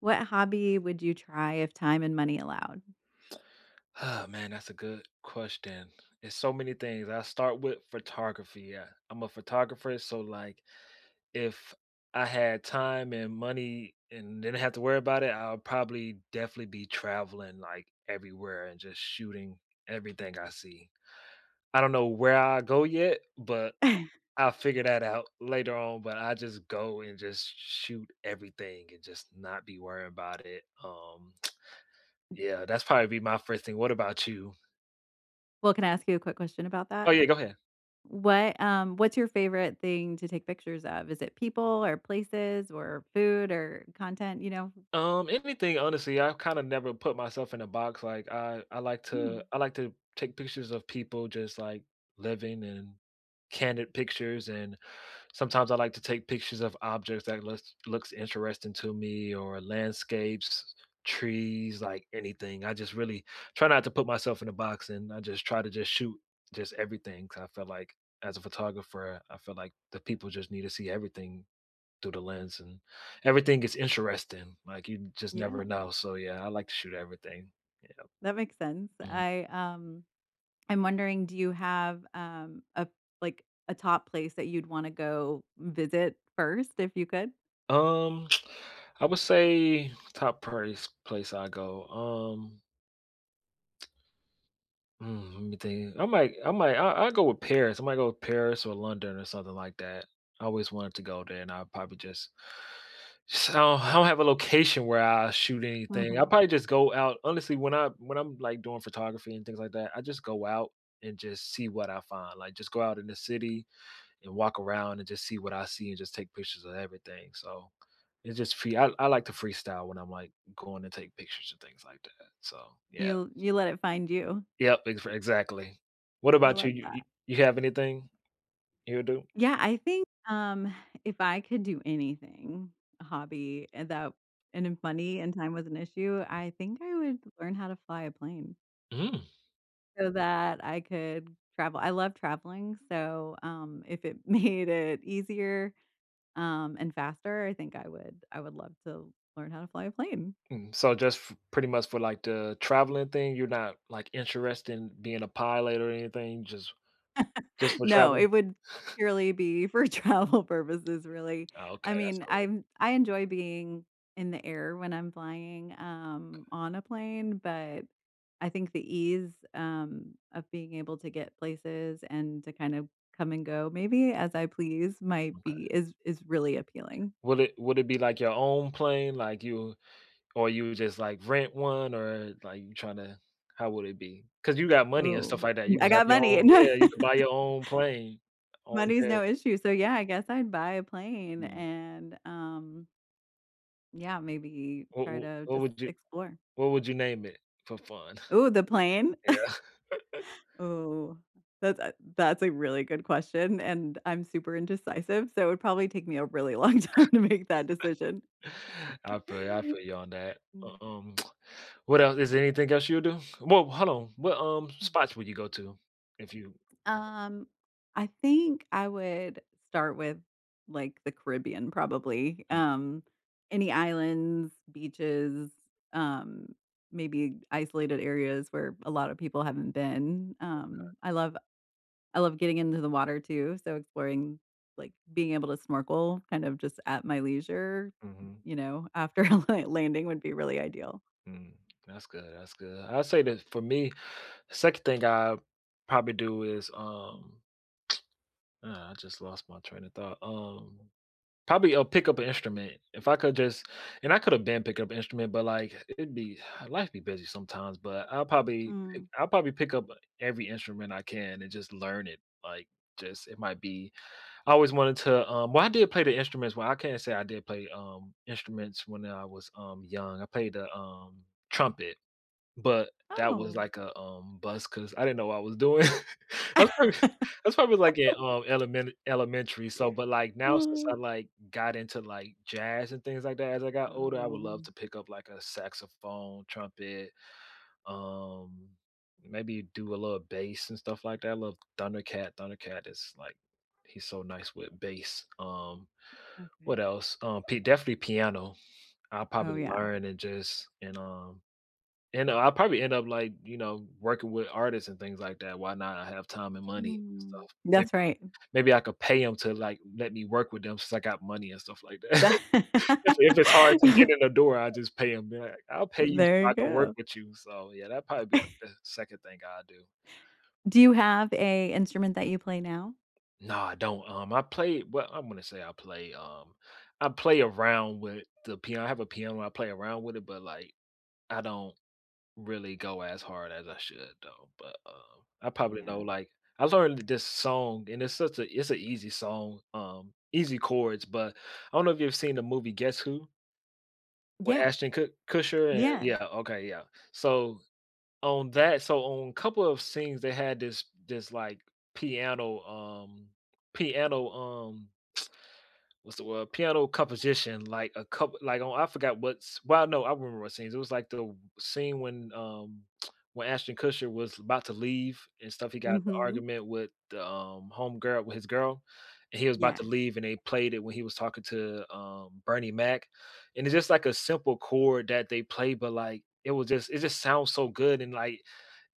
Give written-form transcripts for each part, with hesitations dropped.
What hobby would you try if time and money allowed? Oh man, that's a good question. It's so many things. I start with photography. Yeah. I'm a photographer, so like if I had time and money and didn't have to worry about it, I'll probably definitely be traveling like everywhere and just shooting everything I see. I don't know where I go yet, but I'll figure that out later on. But I just go and just shoot everything and just not be worrying about it. Yeah, that's probably be my first thing. What about you? Well, can I ask you a quick question about Oh that? yeah, go ahead. What, what's your favorite thing to take pictures of? Is it people or places or food or content? Anything honestly, I kind of never put myself in a box. Like I like Hmm, to, I like to take pictures of people just like living and candid pictures, and sometimes I like to take pictures of objects that looks interesting to me or landscapes, trees, like anything. I just really try not to put myself in a box, and I just try to just shoot just everything, 'cause I feel like as a photographer, I feel like the people just need to see everything through the lens and everything is interesting. Like you just never yeah, know. So yeah, I like to shoot everything. Yeah. that makes sense. Mhm. I'm wondering, do you have, a like a top place that you'd wanna go visit first if you could? Um, I would say top place I go. Let me think. I go with Paris. I might go with Paris or London or something like that. I always wanted to go there, and I'll probably just I don't have a location where I shoot anything. I Mhm. probably just go out. Honestly, when I'm like doing photography and things like that, I just go out and just see what I find. Like just go out in the city and walk around and just see what I see and just take pictures of everything. So it's just free. I like to freestyle when I'm like going to take pictures and things like that. So yeah. You let it find you. Yep, ex exactly. What I about you? love You you that. you have anything you would do? Yeah, I think, if I could do anything, a hobby, and that and if money and time was an issue, I think I would learn how to fly a plane Mm. so that I could travel. I love traveling, so, if it made it easier, and faster, I think I would love to learn how to fly a plane. Mm, so just f pretty much for, like, the traveling thing, you're not, like, interested in being a pilot or anything, just for No, traveling? it would purely be for travel purposes, really. Oh, I okay, that's mean, cool. I enjoy being in the air when I'm flying, on a plane, but I think the ease, of being able to get places and to kind of come and go maybe as I please might Okay. be is really appealing. Would it be, like, your own plane? Like, you or you just, like, rent one or, like, you trying to? How would it be? Because you got money and stuff Ooh, like that. You I can have got your money. own, yeah, you could buy your own plane, own Money's jet. no issue. So, yeah, I guess I'd buy a plane Mm. and, yeah, maybe What try what to what just would you explore. what would you name it for fun? Ooh, the plane? Yeah. Oh, that's a really good question, and I'm super indecisive, so it would probably take me a really long time to make that decision. I feel you on that. Mm. Um, what else, is there anything else you'll do? Well, hold on. What spots would you go to if you… Um, I think I would start with, like, the Caribbean probably, Mm, any islands, beaches, um, maybe isolated areas where a lot of people haven't been, I love getting into the water too, so exploring like, being able to snorkel kind of just at my leisure, mhm, you know, after like landing would be really ideal. mm, that's good, that's good. I'd say that for me, the second thing I probably do is, I just lost my train of thought. Probably I'll pick up an instrument. If I could just and I could have been pick up an instrument, but, like, it'd be Life be busy sometimes, but Mm. I'll probably pick up every instrument I can and just learn it, like, just it might be… I always wanted to, well, I did play the instruments, well, I can't say I did play, instruments when I was, young. I played the, trumpet. But that was Oh. like a, bus because I didn't know what I was doing. That's probably that's probably like in, elementary, so but, like, now since I, Oh, like, got into, like, jazz and things like that as I got older, I would love to pick up, like, a saxophone, trumpet, um, maybe do a little bass and stuff like that. I love Thundercat. Thundercat is, like, he's so nice with bass. Okay. What else? P Definitely piano. I'll Oh, probably yeah. learn and just and, And I'll probably end up like, you know, working with artists and things like that. Why not? I have time and money and Mm. stuff. May- That's right. Maybe I could pay them to like let me work with them since I got money and stuff like that. That- If it's hard to get in the door, I just pay them. Like, I'll pay you There so I you can work go. with you. So yeah, that'd probably be like the second thing I do. Do you have a instrument that you play now? No, I don't. I'm gonna say I play. I play around with the piano. I have a piano. I play around with it, but like I don't really go as hard as I should though, but, I probably know, Yeah. like… I learned this song, and it's such a it's an easy song, easy chords, but I don't know if you've seen the movie Guess Who? With Yeah. Ashton Kut Kutcher and Yeah. yeah, okay, yeah. So, on that so on a couple of scenes, they had like, piano, um piano, what's the word? piano composition, like a couple, like on I forgot what's. Well, no, I remember what scenes. It was like the scene when when Ashton Kutcher was about to leave and stuff. He got in the Mhm. argument with the home girl, with his girl, and he was about to Yes. leave, and they played it when he was talking to Bernie Mac, and it's just like a simple chord that they play, but like it was just it just sounds so good and like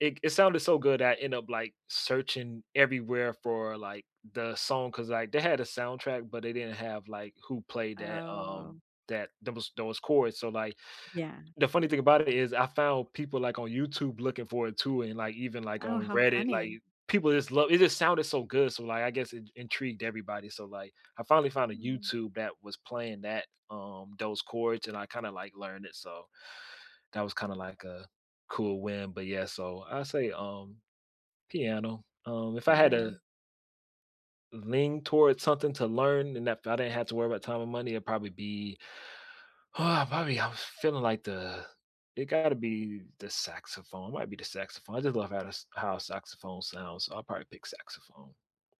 it sounded so good that I end up like searching everywhere for like the song because like they had a soundtrack, but they didn't have like who played that Oh, that those chords. So like yeah. the funny thing about it is I found people like on YouTube looking for it too, and like even like Oh, on how Reddit, like funny. people just love it. Just sounded so good, so like I guess it intrigued everybody. So like I finally found a Mm. YouTube that was playing that those chords, and I kind of like learned it. So that was kind of like a cool win. But yeah, so I say piano. If I You had to know? lean towards something to learn and if I didn't have to worry about time and money, it'd probably be oh, probably I was feeling like the it gotta be the saxophone. It might be the saxophone. I just love how the, s- how saxophone sounds. So I'll probably pick saxophone.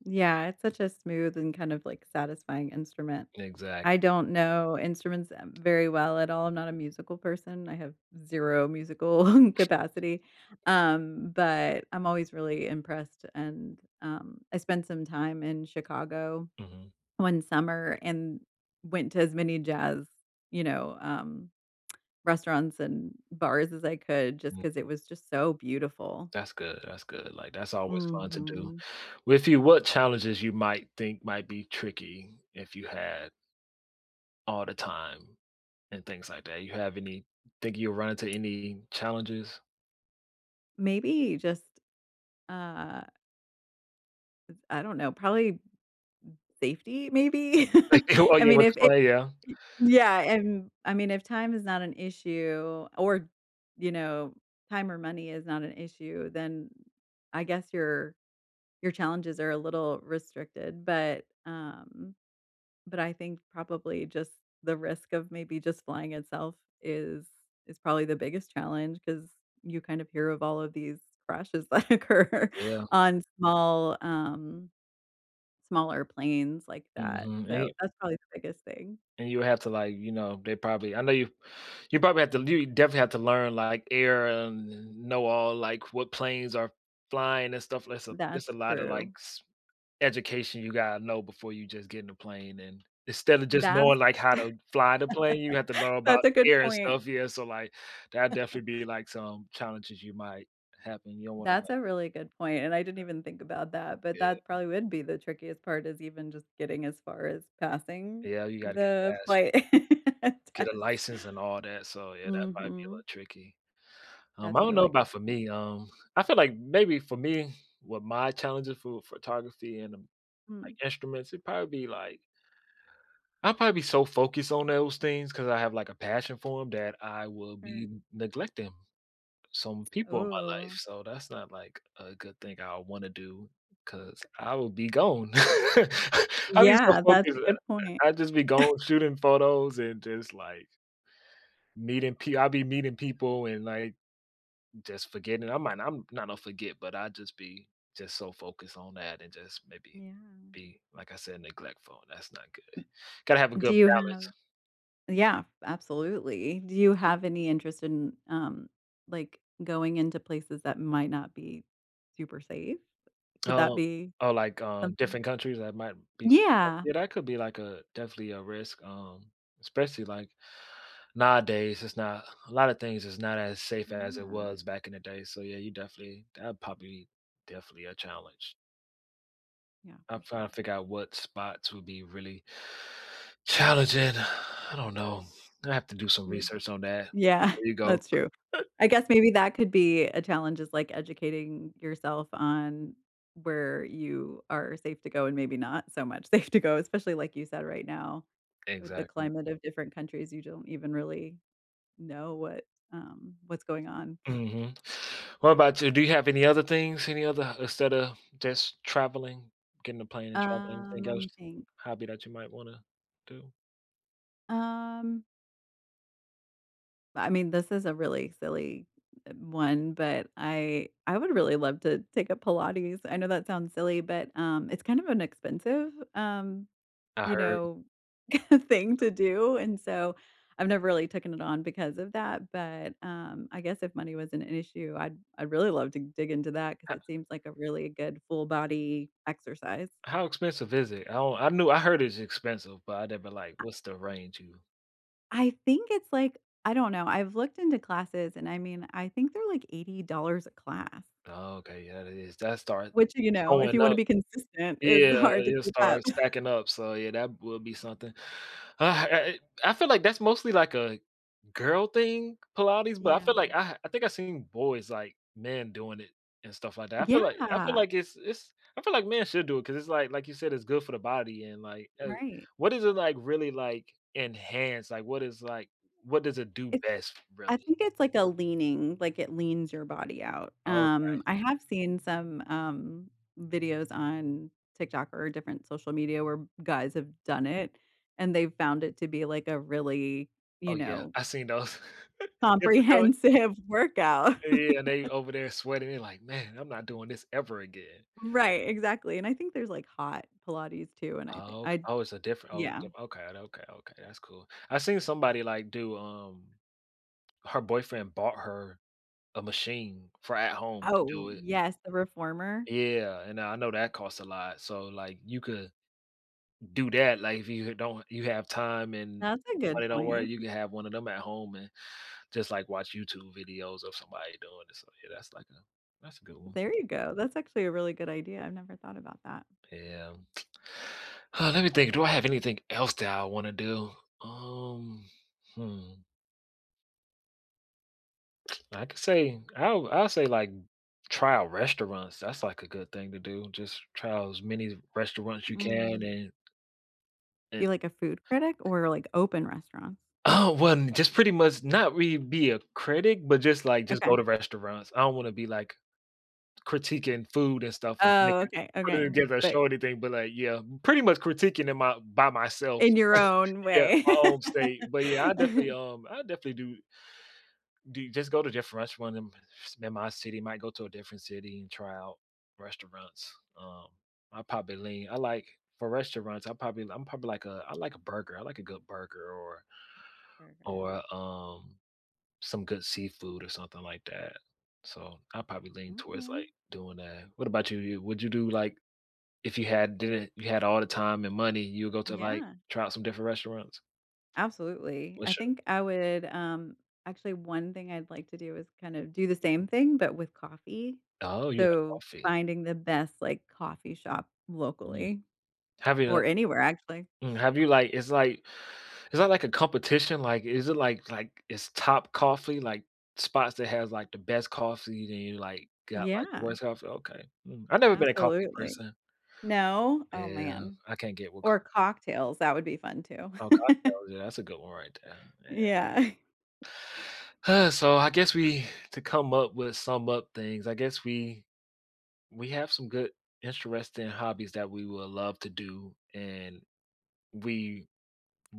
Yeah, it's such a smooth and kind of, like, satisfying instrument. Exact. I don't know instruments, very well at all. I'm not a musical person. I have 0 musical capacity, but I'm always really impressed, and, I spent some time in Chicago Hmm. one summer and went to as many jazz, you know, restaurants and bars as I could just because it was just so beautiful. That's good. That's good. Like that's always fun to do. Mhm. With you, what challenges you might think might be tricky if you had all the time and things like that? You have any, think you'll run into any challenges? Maybe just, uh, I don't know, probably safety maybe? Oh I yeah, mean, with the if it— play, yeah. Yeah, and I mean, if time is not an issue or, you know, time or money is not an issue, then I guess your challenges are a little restricted, but I think probably just the risk of maybe just flying itself is is probably the biggest challenge because you kind of hear of all of these crashes that occur Yeah, on small, um, smaller planes like that, mhm, so and you that's probably the biggest thing. and you have to, like, you know, they probably, I know you probably have to, you definitely have to learn, like, air and know all, like, what planes are flying and stuff, that's a it's a That's lot of, like, true. s education you gotta know before you just get in a plane, and instead of just That's knowing, like, how to fly the plane, you have to learn that's about a good air and point. stuff, yeah, so, like, that definitely be, like, some challenges you might happen, you don't wanna, That's like… a really good point, and I didn't even think about that, but Yeah, that probably would be the trickiest part is even just getting as far as passing yeah, you gotta get the past, flight get a test. license and all that, so yeah, that might be a Mhm. little tricky. I That's a don't know really good about for point. me, I feel like maybe for me, with my challenges for photography and, like, Mm, instruments, it probably be like I'll probably be so focused on those things because I have, like, a passion for them that I will sure. be neglecting some people in my life, Ooh. so that's not, like, a good thing I wanna do because I will be gone. I'll be so Yeah, that's a focused, good point. I just be gone shooting photos and just, like, meeting pe I'll be meeting people and like just forgetting. I might, I'm not gonna forget, but I just be just so focused on that and just maybe Yeah. be like I said, neglectful. And That's not good. Gotta have a Do good you have— balance. Yeah, absolutely. Do you have any interest in, like, going into places that might not be super safe? Could that Um be or like something? different countries that might be… Yeah. yeah, that could be like a definitely a risk. Especially like nowadays it's not a lot of things is not as safe as it Yeah. was back in the day. So yeah, you definitely that probably definitely a challenge. Yeah, I'm for trying sure. to figure out what spots would be really challenging. I don't know. I have to do some Yeah. research on that. Yeah, There you go. that's true. I guess maybe that could be a challenge is, like, educating yourself on where you are safe to go and maybe not so much safe to go, especially like you said right now with the Exactly. climate of different countries, you don't even really know what, what's going on. Hmm. What about you? Do you have any other things? Any other, instead of just traveling, getting a plane and traveling? Anything Let else, me think. hobby that you might want to do? Um, I mean, this is a really silly one, but I would really love to take up Pilates. I know that sounds silly, but it's kind of an expensive I you heard. know, thing to do, and so I've never really taken it on because of that. But I guess if money wasn't an issue, I'd really love to dig into that because How, it seems like a really good full body exercise. how expensive is it? I don't, I knew I heard it's expensive, but I never like what's the range you. I think it's like— I don't know, I've looked into classes and I mean, I think they're like $80 a class, Oh, okay, yeah, that is that start which, you know, if you showing wanna up. be consistent is Yeah, hard to it'll keep up. start stacking up, so, yeah, that will be something. Uh, I feel like that's mostly like a girl thing, Pilates, but I Yeah. feel like I think I seen boys, like, men doing it and stuff like that. I feel Yeah, like it's I feel like men should do it because it's like you said, it's good for the body and, like, right. what is it, like, really, like, enhance? Like, what is, like what does it do It's best, I really? think it's like a leaning, like it leans your body out. Oh, I have seen some, videos on TikTok or different social media where guys have done it, and they've found it to be like a really, you oh, yeah, know, I seen those. Different color. comprehensive workout. Yeah, and they over there sweating, they're like, "Man, I'm not doing this ever again." Right, exactly, and I think there's, like, hot Pilates too, and I think Oh, ok I— oh, it's a different oh, yeah. diff okay, okay, okay, that's cool. I seen somebody, like, do, her boyfriend bought her a machine for at home to Oh, do it. yes, the reformer. Yeah, and I know that costs a lot, so, like, you could do that, like, if you don't you have time and That's a good money don't worry, point. you can have one of them at home and just, like, watch YouTube videos of somebody doing it, so, yeah, that's like a that's a good one. There you go. That's actually a really good idea. I've never thought about that. Yeah. Let me think. Do I have anything else that I want to do? Um, hmm. I could say I'll say like try out restaurants. That's like a good thing to do. Just try out as many restaurants you can Mm. and. You like a food critic or, like, open restaurants? Oh well just pretty much not really be a critic, but just like just Okay. go to restaurants. I don't want to be like critiquing food and stuff and Oh, making okay, put it okay, together a but show or anything, but, like, yeah, pretty much critiquing in my by myself. in your own Yeah, way. my home state, but, yeah, I definitely do just go to different restaurants in my city, might go to a different city and try out restaurants. I probably lean I like for restaurants, I probably I'm probably like a I like a burger, I like a good burger Burger. or, some good seafood or something like that. So, I probably lean towards, Okay. like, doing that. What about you? You would you do, like, if you had didn't you had all the time and money, you would go to, like, Yeah. try out some different restaurants? Absolutely. I What's your think I would, um, actually, one thing I'd like to do is kind of do the same thing, but with coffee. Oh, you like So, coffee. finding the best, like, coffee shop Mm. locally Have you, or anywhere, actually. mm, have you, like it's like is that like a competition? Like, is it like, it's top coffee, like, spots that has, like, the best coffee, then you, like, got, like, the Yeah, worst coffee? Okay. Mm. I've never been a coffee absolutely. person. No? Oh, Yeah, man. I can't get with Or cocktails, that would be fun too. Oh, cocktails, yeah, that's a good one right there, yeah. Yeah. So, I guess we to come up with sum up things, I guess we have some good, interesting hobbies that we would love to do, and we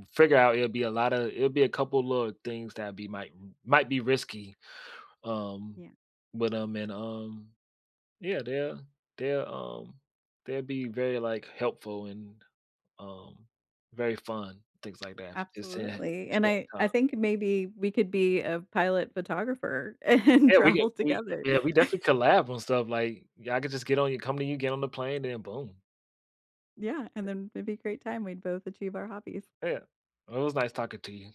figure out it'll be a lot of it'll be a couple little things that be might be risky, um, Yeah, with 'em and, yeah, they'll, um, they'll be very, like, helpful and, um, very fun, things like that if you just didn't have absolutely. And I time. I think maybe we could be a pilot photographer and Yeah, we could travel we together. yeah, we definitely collab on stuff, like, I could just get on you come to you, get on the plane, and then boom. Yeah, and then it'd be a great time. We'd both achieve our hobbies. Yeah. Well, it was nice talking to you.